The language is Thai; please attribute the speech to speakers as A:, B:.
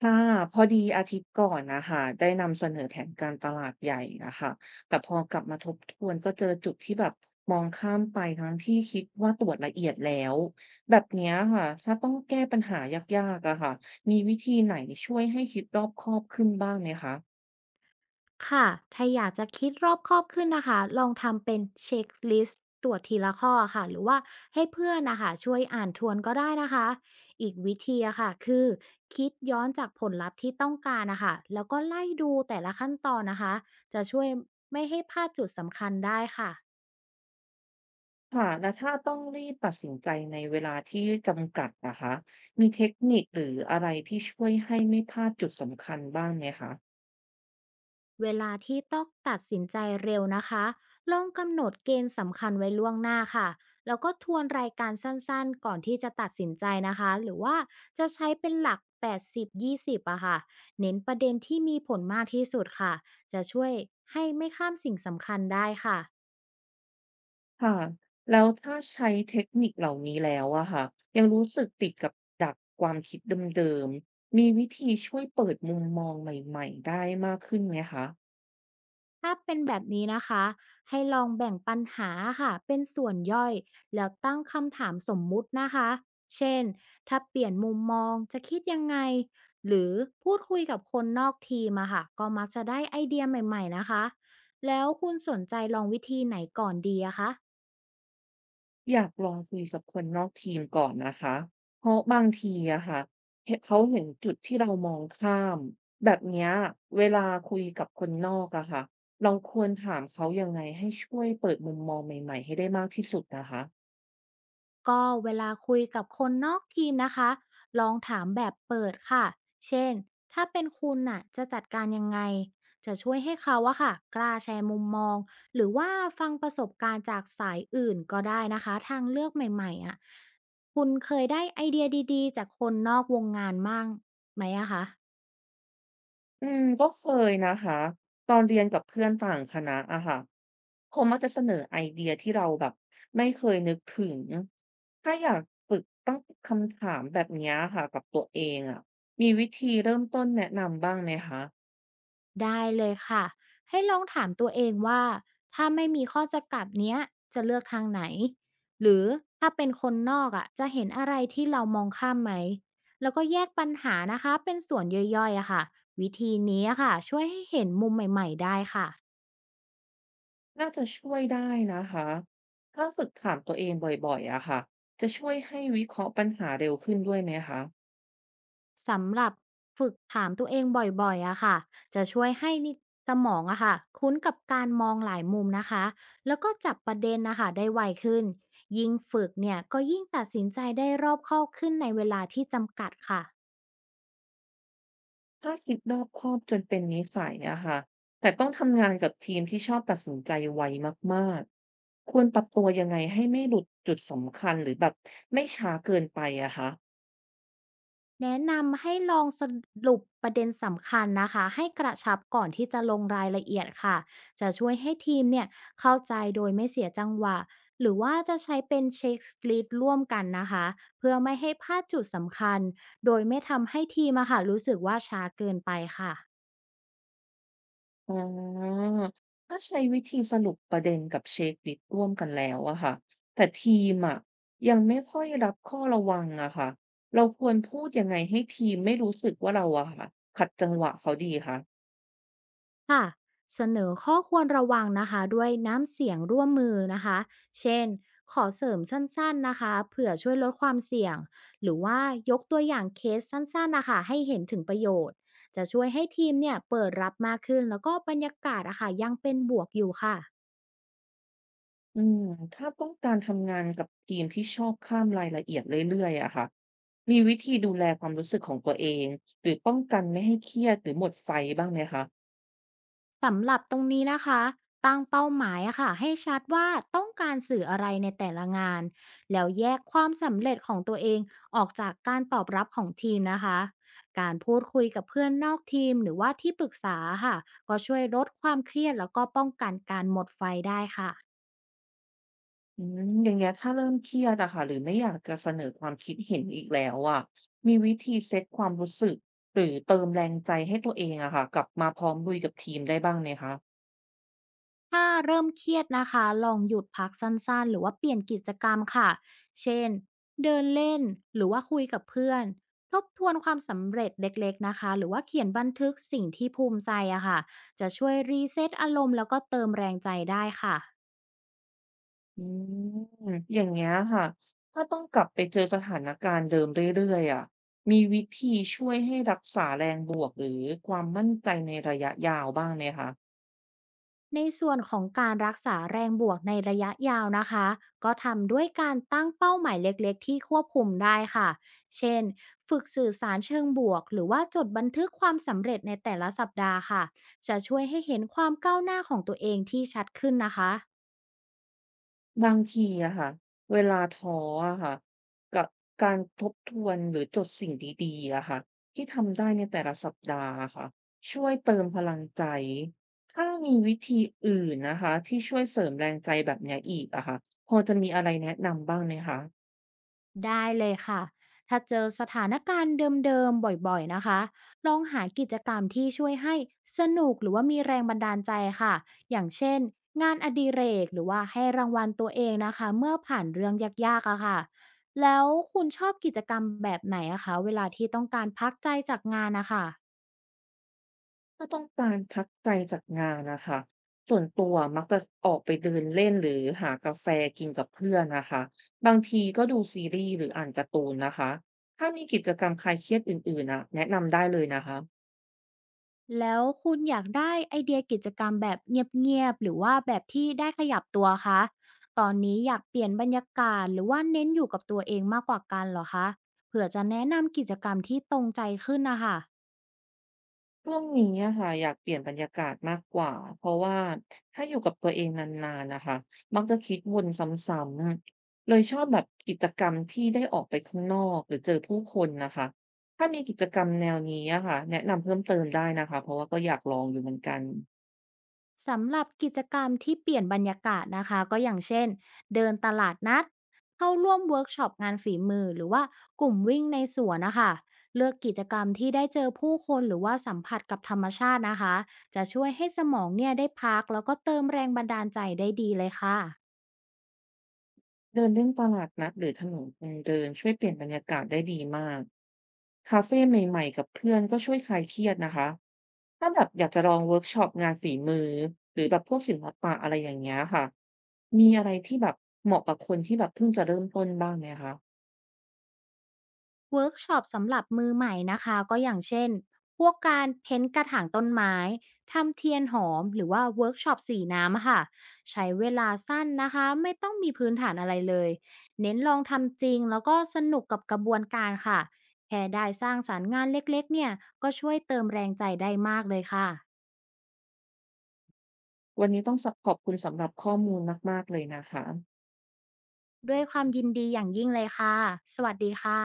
A: ค่ะพอดีอาทิตย์ก่อนนะคะได้นำเสนอแผนการตลาดใหญ่นะคะแต่พอกลับมาทบทวนก็เจอจุดที่แบบมองข้ามไปทั้งที่คิดว่าตรวจละเอียดแล้วแบบเนี้ยค่ะถ้าต้องแก้ปัญหายากๆอะค่ะมีวิธีไหนช่วยให้คิดรอบคอบขึ้นบ้างไหมคะ
B: ค่ะถ้าอยากจะคิดรอบคอบขึ้นนะคะลองทำเป็นเช็คลิสต์ตรวจทีละข้อค่ะหรือว่าให้เพื่อนนะคะช่วยอ่านทวนก็ได้นะคะอีกวิธีอะค่ะคือคิดย้อนจากผลลัพธ์ที่ต้องการนะคะแล้วก็ไล่ดูแต่ละขั้นตอนนะคะจะช่วยไม่ให้พลาดจุดสำคัญได้ค่ะ
A: ค่ะแล้วถ้าต้องรีบตัดสินใจในเวลาที่จำกัดนะคะมีเทคนิคหรืออะไรที่ช่วยให้ไม่พลาดจุดสำคัญบ้างไหมคะ
B: เวลาที่ต้องตัดสินใจเร็วนะคะลองกำหนดเกณฑ์สำคัญไว้ล่วงหน้าค่ะ แล้วก็ทวนรายการสั้นๆก่อนที่จะตัดสินใจนะคะ หรือว่าจะใช้เป็นหลัก 80 20อะค่ะเน้นประเด็นที่มีผลมากที่สุดค่ะ จะช่วยให้ไม่ข้ามสิ่งสำคัญได้ค่ะ
A: ค่ะแล้วถ้าใช้เทคนิคเหล่านี้แล้วอะค่ะยังรู้สึกติดกับดักความคิดเดิมๆมีวิธีช่วยเปิดมุมมองใหม่ๆได้มากขึ้นไหมคะ
B: ถ้าเป็นแบบนี้นะคะ ให้ลองแบ่งปัญหาค่ะเป็นส่วนย่อยแล้วตั้งคำถามสมมุตินะคะ เช่น ถ้าเปลี่ยนมุมมองจะคิดยังไง หรือพูดคุยกับคนนอกทีมอะค่ะ ก็มักจะได้ไอเดียใหม่ๆนะคะ แล้วคุณสนใจลองวิธีไหนก่อนดีอะคะ
A: อยากลองคุยกับคนนอกทีมก่อนนะคะเพราะบางทีอะค่ะเหนเขาเห็นจุดที่เรามองข้ามแบบเนี้ยเวลาคุยกับคนนอกอะค่ะเราควรถามเขายังไงให้ช่วยเปิดมุมมองใหม่ๆให้ได้มากที่สุดนะคะ
B: ก็เวลาคุยกับคนนอกทีมนะคะลองถามแบบเปิดค่ะเช่นถ้าเป็นคุณน่ะจะจัดการยังไงจะช่วยให้เขาอะค่ะกล้าแชร์มุมมองหรือว่าฟังประสบการณ์จากสายอื่นก็ได้นะคะทางเลือกใหม่ๆอะคุณเคยได้ไอเดียดีๆจากคนนอกวงงานบ้างไหมอะคะ
A: ก็เคยนะคะตอนเรียนกับเพื่อนต่างคณะอะค่ะเขามักจะเสนอไอเดียที่เราแบบไม่เคยนึกถึงถ้าอยากฝึกตั้งคำถามแบบเนี้ยค่ะกับตัวเองอะมีวิธีเริ่มต้นแนะนำบ้างไหมคะ
B: ได้เลยค่ะให้ลองถามตัวเองว่าถ้าไม่มีข้อจำกัดเนี้ยจะเลือกทางไหนหรือถ้าเป็นคนนอกอ่ะจะเห็นอะไรที่เรามองข้ามไหมแล้วก็แยกปัญหานะคะเป็นส่วนย่อยๆอะค่ะวิธีนี้อะค่ะช่วยให้เห็นมุมใหม่ๆได้ค่ะ
A: น่าจะช่วยได้นะคะถ้าฝึกถามตัวเองบ่อยๆอะค่ะจะช่วยให้วิเคราะห์ปัญหาเร็วขึ้นด้วยไหมคะ
B: สำหรับฝึกถามตัวเองบ่อยๆอะค่ะจะช่วยให้นิสมองอะค่ะคุ้นกับการมองหลายมุมนะคะ แล้วก็จับประเด็นนะคะได้ไวขึ้น ยิ่งฝึกเนี่ยก็ยิ่งตัดสินใจได้รอบคอบขึ้นในเวลาที่จำกัดค่ะ
A: ถ้าคิดรอบคอบจนเป็นนิสัยอะค่ะแต่ต้องทำงานกับทีมที่ชอบตัดสินใจไวมาก ๆ ควรปรับตัวยังไงให้ไม่หลุดจุดสำคัญหรือแบบไม่ช้าเกินไปอะคะ
B: แนะนำให้ลองสรุปประเด็นสำคัญนะคะให้กระชับก่อนที่จะลงรายละเอียดค่ะจะช่วยให้ทีมเนี่ยเข้าใจโดยไม่เสียจังหวะหรือว่าจะใช้เป็นเช็คลิสต์ร่วมกันนะคะเพื่อไม่ให้พลาดจุดสำคัญโดยไม่ทำให้ทีมอะค่ะรู้สึกว่าช้าเกินไปค่ะ
A: อ๋อถ้าใช้วิธีสรุปประเด็นกับเช็กลิสต์ร่วมกันแล้วอะค่ะแต่ทีมอะยังไม่ค่อยรับข้อระวังอะค่ะเราควรพูดยังไงให้ทีมไม่รู้สึกว่าเราอะค่ะขัดจังหวะเขาดีคะ
B: ค่ะเสนอข้อควรระวังนะคะด้วยน้ำเสียงร่วมมือนะคะเช่นขอเสริมสั้นๆนะคะเผื่อช่วยลดความเสี่ยงหรือว่ายกตัวอย่างเคสสั้นๆนะคะให้เห็นถึงประโยชน์จะช่วยให้ทีมเนี่ยเปิดรับมากขึ้นแล้วก็บรรยากาศอะค่ะยังเป็นบวกอยู่ค่ะ
A: อืมถ้าต้องการทำงานกับทีมที่ชอบข้ามรายละเอียดเรื่อยๆอะค่ะมีวิธีดูแลความรู้สึกของตัวเองหรือป้องกันไม่ให้เครียดหรือหมดไฟบ้างไหมคะ
B: สำหรับตรงนี้นะคะตั้งเป้าหมายอะค่ะให้ชัดว่าต้องการสื่ออะไรในแต่ละงานแล้วแยกความสำเร็จของตัวเองออกจากการตอบรับของทีมนะคะการพูดคุยกับเพื่อนนอกทีมหรือว่าที่ปรึกษาค่ะก็ช่วยลดความเครียดแล้วก็ป้องกันการหมดไฟได้ค่ะ
A: อย่างเงี้ยถ้าเริ่มเครียดอะค่ะหรือไม่อยากจะเสนอความคิดเห็นอีกแล้วอะมีวิธีเซตความรู้สึกหรือเติมแรงใจให้ตัวเองอะค่ะกลับมาพร้อมลุยกับทีมได้บ้างไหมคะ
B: ถ้าเริ่มเครียดนะคะ ลองหยุดพักสั้นๆ หรือว่าเปลี่ยนกิจกรรมค่ะ เช่น เดินเล่น หรือว่าคุยกับเพื่อน ทบทวนความสำเร็จเล็กๆนะคะ หรือว่าเขียนบันทึกสิ่งที่ภูมิใจอะค่ะ จะช่วยรีเซ็ตอารมณ์แล้วก็เติมแรงใจได้ค่ะ
A: อืมอย่างเงี้ยค่ะถ้าต้องกลับไปเจอสถานการณ์เดิมเรื่อยๆอะมีวิธีช่วยให้รักษาแรงบวกหรือความมั่นใจในระยะยาวบ้างไหมคะ
B: ในส่วนของการรักษาแรงบวกในระยะยาวนะคะก็ทำด้วยการตั้งเป้าหมายเล็กๆที่ควบคุมได้ค่ะเช่นฝึกสื่อสารเชิงบวกหรือว่าจดบันทึกความสำเร็จในแต่ละสัปดาห์ค่ะจะช่วยให้เห็นความก้าวหน้าของตัวเองที่ชัดขึ้นนะคะ
A: บางทีอะค่ะเวลาท้ออะค่ะกับการทบทวนหรือจดสิ่งดีๆอะค่ะที่ทำได้ในแต่ละสัปดาห์อะค่ะช่วยเติมพลังใจถ้ามีวิธีอื่นนะคะที่ช่วยเสริมแรงใจแบบเนี้ยอีกอะค่ะพอจะมีอะไรแนะนำบ้างไหมคะ
B: ได้เลยค่ะ ถ้าเจอสถานการณ์เดิมๆบ่อยๆนะคะ ลองหากิจกรรมที่ช่วยให้สนุกหรือว่ามีแรงบันดาลใจค่ะ อย่างเช่นงานอดิเรกหรือว่าให้รางวัลตัวเองนะคะเมื่อผ่านเรื่องยากๆอะค่ะแล้วคุณชอบกิจกรรมแบบไหนอะคะเวลาที่ต้องการพักใจจากงานนะคะ
A: ถ้าต้องการพักใจจากงานนะคะส่วนตัวมักจะออกไปเดินเล่นหรือหากาแฟกินกับเพื่อนนะคะบางทีก็ดูซีรีส์หรืออ่านการ์ตูนนะคะถ้ามีกิจกรรมคลายเครียดอื่นๆนะแนะนำได้เลยนะคะ
B: แล้วคุณอยากได้ไอเดียกิจกรรมแบบเงียบ ๆ หรือว่าแบบที่ได้ขยับตัวคะ ตอนนี้อยากเปลี่ยนบรรยากาศหรือว่าเน้นอยู่กับตัวเองมากกว่ากันเหรอคะ เผื่อจะแนะนำกิจกรรมที่ตรงใจขึ้นนะค่ะ
A: ช่วงนี้อะค่ะอยากเปลี่ยนบรรยากาศมากกว่าเพราะว่าถ้าอยู่กับตัวเองนานๆนะคะมักจะคิดวนซ้ำๆเลยชอบแบบกิจกรรมที่ได้ออกไปข้างนอกหรือเจอผู้คนนะคะถ้ามีกิจกรรมแนวนี้อะค่ะแนะนำเพิ่มเติมได้นะคะเพราะว่าก็อยากลองอยู่เหมือนกัน
B: สำหรับกิจกรรมที่เปลี่ยนบรรยากาศนะคะก็อย่างเช่นเดินตลาดนัดเข้าร่วมเวิร์กช็อปงานฝีมือหรือว่ากลุ่มวิ่งในสวนนะคะเลือกกิจกรรมที่ได้เจอผู้คนหรือว่าสัมผัสกับธรรมชาตินะคะจะช่วยให้สมองเนี่ยได้พักแล้วก็เติมแรงบันดาลใจได้ดีเลยค่ะ
A: เดินเล่นตลาดนัดหรือถนนคนเดินช่วยเปลี่ยนบรรยากาศได้ดีมากคาเฟใหม่ๆกับเพื่อนก็ช่วยคลายเครียดนะคะถ้าแบบอยากจะลองเวิร์กช็อปงานฝีมือหรือแบบพวกศิลปะอะไรอย่างเงี้ยค่ะมีอะไรที่แบบเหมาะกับคนที่แบบเพิ่งจะเริ่มต้นบ้างไหมคะ
B: เวิร์กช็อปสำหรับมือใหม่นะคะก็อย่างเช่นพวกการเพ้นท์กระถางต้นไม้ทำเทียนหอมหรือว่าเวิร์กช็อปสีน้ำอะค่ะใช้เวลาสั้นนะคะไม่ต้องมีพื้นฐานอะไรเลยเน้นลองทำจริงแล้วก็สนุกกับกระบวนการค่ะแค่ได้สร้างสารรค์งานเล็กๆเนี่ยก็ช่วยเติมแรงใจได้มากเลยค่ะ
A: วันนี้ต้องขอบคุณสำหรับข้อมูลมากๆเลยนะคะ
B: ด้วยความยินดีอย่างยิ่งเลยค่ะสวัสดีค่ะ